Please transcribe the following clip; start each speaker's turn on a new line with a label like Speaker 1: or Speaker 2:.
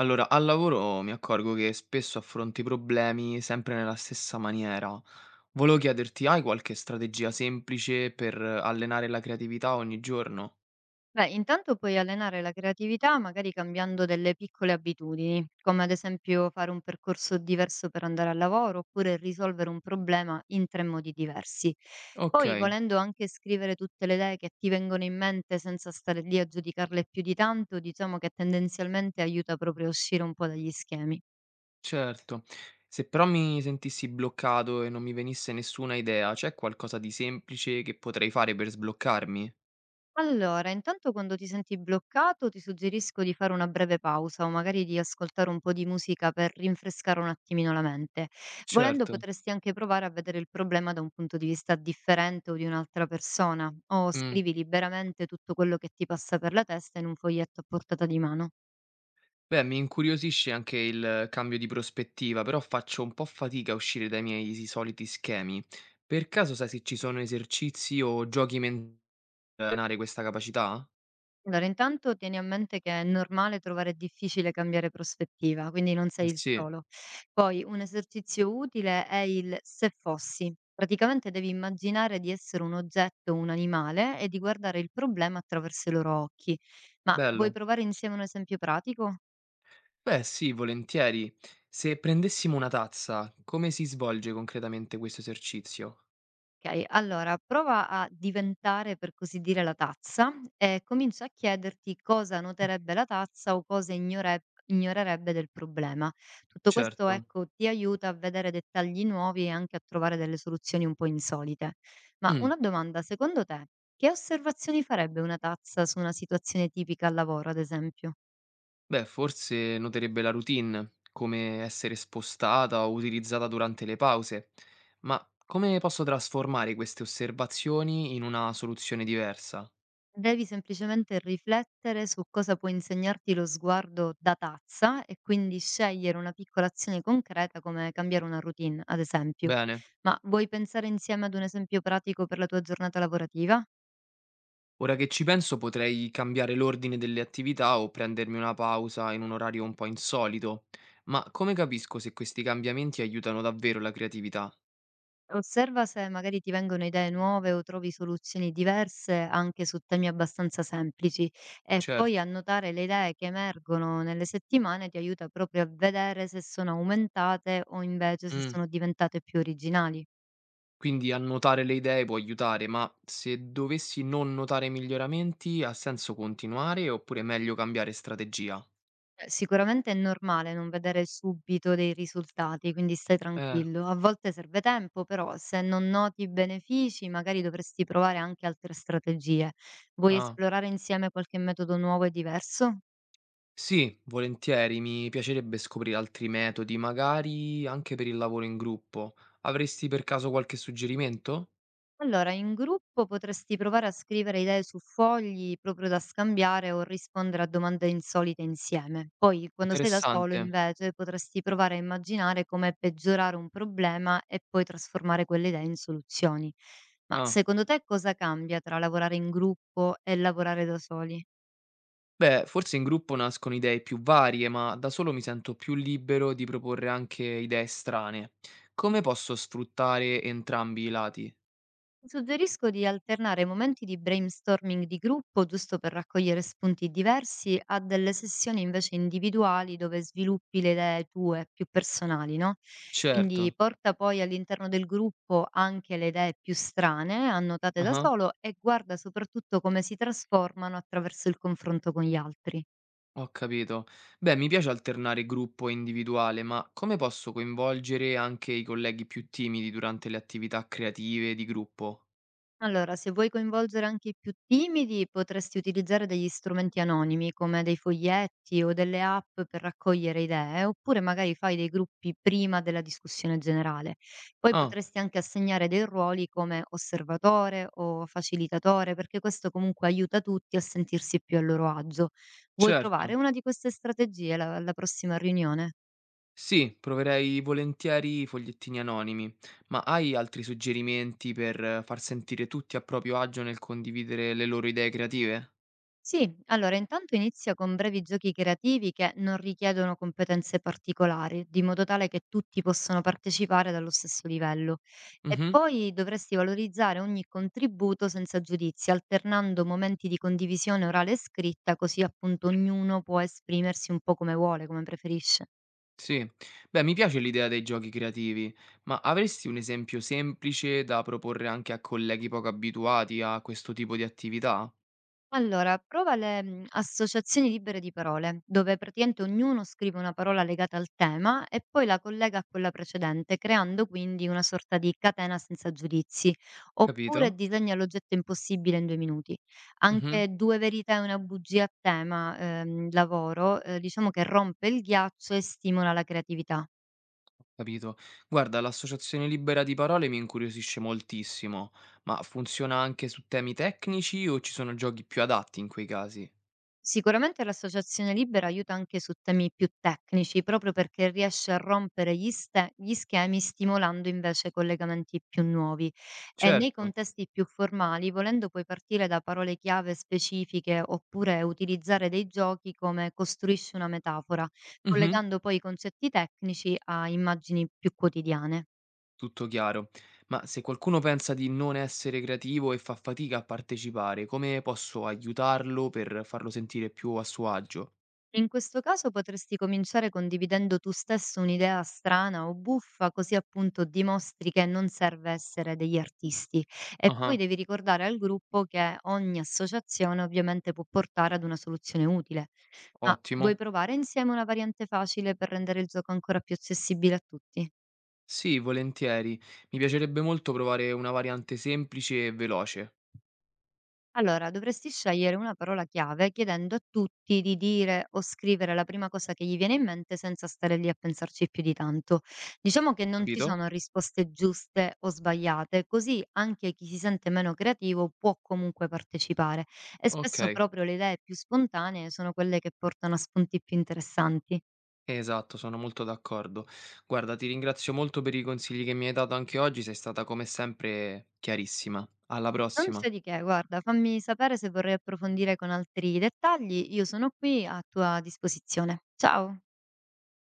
Speaker 1: Allora, al lavoro mi accorgo che spesso affronto i problemi sempre nella stessa maniera. Volevo chiederti, hai qualche strategia semplice per allenare la creatività ogni giorno?
Speaker 2: Beh, intanto puoi allenare la creatività magari cambiando delle piccole abitudini, come ad esempio fare un percorso diverso per andare al lavoro oppure risolvere un problema in tre modi diversi.
Speaker 1: Ok,
Speaker 2: Poi, volendo anche scrivere tutte le idee che ti vengono in mente senza stare lì a giudicarle più di tanto, diciamo che tendenzialmente aiuta proprio a uscire un po' dagli schemi.
Speaker 1: certo. Se però mi sentissi bloccato e non mi venisse nessuna idea, c'è qualcosa di semplice che potrei fare per sbloccarmi?
Speaker 2: Allora, intanto quando ti senti bloccato, ti suggerisco di fare una breve pausa o magari di ascoltare un po' di musica per rinfrescare un attimino la mente. Volendo,
Speaker 1: Certo.
Speaker 2: potresti anche provare a vedere il problema da un punto di vista differente o di un'altra persona, o
Speaker 1: Mm.
Speaker 2: scrivi liberamente tutto quello che ti passa per la testa in un foglietto a portata di mano.
Speaker 1: Beh, mi incuriosisce anche il cambio di prospettiva, però faccio un po' fatica a uscire dai soliti schemi. Per caso sai se ci sono esercizi o giochi mentali per allenare questa capacità?
Speaker 2: Allora, intanto tieni a mente che è normale trovare difficile cambiare prospettiva, quindi non
Speaker 1: Eh
Speaker 2: sei il
Speaker 1: sì,
Speaker 2: solo. Poi un esercizio utile è il se fossi. Praticamente devi immaginare di essere un oggetto, un animale e di guardare il problema attraverso i loro occhi. Ma vuoi
Speaker 1: bello.
Speaker 2: provare insieme un esempio pratico?
Speaker 1: Beh, sì, volentieri. Se prendessimo una tazza, come si svolge concretamente questo esercizio?
Speaker 2: Okay, allora prova a diventare per così dire la tazza e comincia a chiederti cosa noterebbe la tazza o cosa ignorerebbe del problema. Tutto questo,
Speaker 1: Certo.
Speaker 2: ecco, ti aiuta a vedere dettagli nuovi e anche a trovare delle soluzioni un po' insolite. Ma
Speaker 1: Mm.
Speaker 2: una domanda, secondo te, che osservazioni farebbe una tazza su una situazione tipica al lavoro, ad esempio?
Speaker 1: Beh, forse noterebbe la routine, come essere spostata o utilizzata durante le pause, ma come posso trasformare queste osservazioni in una soluzione diversa?
Speaker 2: Devi semplicemente riflettere su cosa può insegnarti lo sguardo da tazza e quindi scegliere una piccola azione concreta come cambiare una routine, ad esempio.
Speaker 1: Bene,
Speaker 2: Ma vuoi pensare insieme ad un esempio pratico per la tua giornata lavorativa?
Speaker 1: ora che ci penso potrei cambiare l'ordine delle attività o prendermi una pausa in un orario un po' insolito, ma come capisco se questi cambiamenti aiutano davvero la creatività?
Speaker 2: Osserva se magari ti vengono idee nuove o trovi soluzioni diverse anche su temi abbastanza semplici e poi
Speaker 1: Certo.
Speaker 2: annotare le idee che emergono nelle settimane ti aiuta proprio a vedere se sono aumentate o invece se
Speaker 1: Mm.
Speaker 2: sono diventate più originali.
Speaker 1: Quindi annotare le idee può aiutare, ma se dovessi non notare miglioramenti, ha senso continuare oppure è meglio cambiare strategia?
Speaker 2: Sicuramente è normale non vedere subito dei risultati, quindi stai
Speaker 1: Eh,
Speaker 2: tranquillo. A volte serve tempo, però se non noti i benefici, magari dovresti provare anche altre strategie. Vuoi
Speaker 1: ah.
Speaker 2: esplorare insieme qualche metodo nuovo e diverso?
Speaker 1: Sì, volentieri, mi piacerebbe scoprire altri metodi, magari anche per il lavoro in gruppo. Avresti per caso qualche suggerimento?
Speaker 2: Allora, in gruppo potresti provare a scrivere idee su fogli proprio da scambiare o rispondere a domande insolite insieme. Poi, quando sei da solo,
Speaker 1: Interessante.
Speaker 2: invece, potresti provare a immaginare come peggiorare un problema e poi trasformare quelle idee in soluzioni. Ma
Speaker 1: Ah.
Speaker 2: secondo te cosa cambia tra lavorare in gruppo e lavorare da soli?
Speaker 1: Beh, forse in gruppo nascono idee più varie, ma da solo mi sento più libero di proporre anche idee strane. Come posso sfruttare entrambi i lati?
Speaker 2: Suggerisco di alternare momenti di brainstorming di gruppo, giusto per raccogliere spunti diversi, a delle sessioni invece individuali dove sviluppi le idee tue più personali, no? Quindi
Speaker 1: Certo.
Speaker 2: porta poi all'interno del gruppo anche le idee più strane, annotate da
Speaker 1: Ah-ah,
Speaker 2: solo, e guarda soprattutto come si trasformano attraverso il confronto con gli altri.
Speaker 1: ho capito. Beh, mi piace alternare gruppo e individuale, ma come posso coinvolgere anche i colleghi più timidi durante le attività creative di gruppo?
Speaker 2: Allora, se vuoi coinvolgere anche i più timidi, potresti utilizzare degli strumenti anonimi come dei foglietti o delle app per raccogliere idee, oppure magari fai dei gruppi prima della discussione generale. Poi
Speaker 1: Ah,
Speaker 2: potresti anche assegnare dei ruoli come osservatore o facilitatore, perché questo comunque aiuta tutti a sentirsi più a loro agio. Vuoi provare
Speaker 1: certo.
Speaker 2: una di queste strategie alla prossima riunione?
Speaker 1: Sì, proverei volentieri i fogliettini anonimi, ma hai altri suggerimenti per far sentire tutti a proprio agio nel condividere le loro idee creative?
Speaker 2: Sì, allora intanto inizia con brevi giochi creativi che non richiedono competenze particolari, di modo tale che tutti possano partecipare dallo stesso livello. E
Speaker 1: Mhm.
Speaker 2: poi dovresti valorizzare ogni contributo senza giudizi, alternando momenti di condivisione orale e scritta, così appunto ognuno può esprimersi un po' come vuole, come preferisce.
Speaker 1: Sì, beh, mi piace l'idea dei giochi creativi, ma avresti un esempio semplice da proporre anche a colleghi poco abituati a questo tipo di attività?
Speaker 2: Allora, prova le associazioni libere di parole, dove praticamente ognuno scrive una parola legata al tema e poi la collega a quella precedente, creando quindi una sorta di catena senza giudizi. Oppure
Speaker 1: Capito?
Speaker 2: disegna l'oggetto impossibile in 2 minuti.
Speaker 1: Mhm,
Speaker 2: Anche "Due verità e una bugia" a tema, lavoro, diciamo che rompe il ghiaccio e stimola la creatività.
Speaker 1: capito. Guarda, l'associazione libera di parole mi incuriosisce moltissimo, ma funziona anche su temi tecnici o ci sono giochi più adatti in quei casi?
Speaker 2: Sicuramente l'associazione libera aiuta anche su temi più tecnici, proprio perché riesce a rompere gli schemi stimolando invece collegamenti più nuovi. E nei
Speaker 1: Certo.
Speaker 2: contesti più formali, volendo puoi partire da parole chiave specifiche oppure utilizzare dei giochi come costruisci una metafora,
Speaker 1: Mhm,
Speaker 2: collegando poi i concetti tecnici a immagini più quotidiane.
Speaker 1: tutto chiaro. Ma se qualcuno pensa di non essere creativo e fa fatica a partecipare, come posso aiutarlo per farlo sentire più a suo agio?
Speaker 2: In questo caso potresti cominciare condividendo tu stesso un'idea strana o buffa, così appunto dimostri che non serve essere degli artisti. E poi
Speaker 1: Ah-ah,
Speaker 2: devi ricordare al gruppo che ogni associazione ovviamente può portare ad una soluzione utile. Ma
Speaker 1: ottimo.
Speaker 2: vuoi provare insieme una variante facile per rendere il gioco ancora più accessibile a tutti?
Speaker 1: Sì, volentieri. Mi piacerebbe molto provare una variante semplice e veloce,
Speaker 2: Allora, dovresti scegliere una parola chiave chiedendo a tutti di dire o scrivere la prima cosa che gli viene in mente senza stare lì a pensarci più di tanto. Diciamo che non ci
Speaker 1: capito?
Speaker 2: sono risposte giuste o sbagliate, così anche chi si sente meno creativo può comunque partecipare e spesso
Speaker 1: Okay,
Speaker 2: proprio le idee più spontanee sono quelle che portano a spunti più interessanti.
Speaker 1: esatto, sono molto d'accordo. Guarda, ti ringrazio molto per i consigli che mi hai dato anche oggi, sei stata come sempre chiarissima. Alla
Speaker 2: Non
Speaker 1: prossima.
Speaker 2: c'è di che, guarda, fammi sapere se vorrei approfondire con altri dettagli, io sono qui a tua disposizione. Ciao!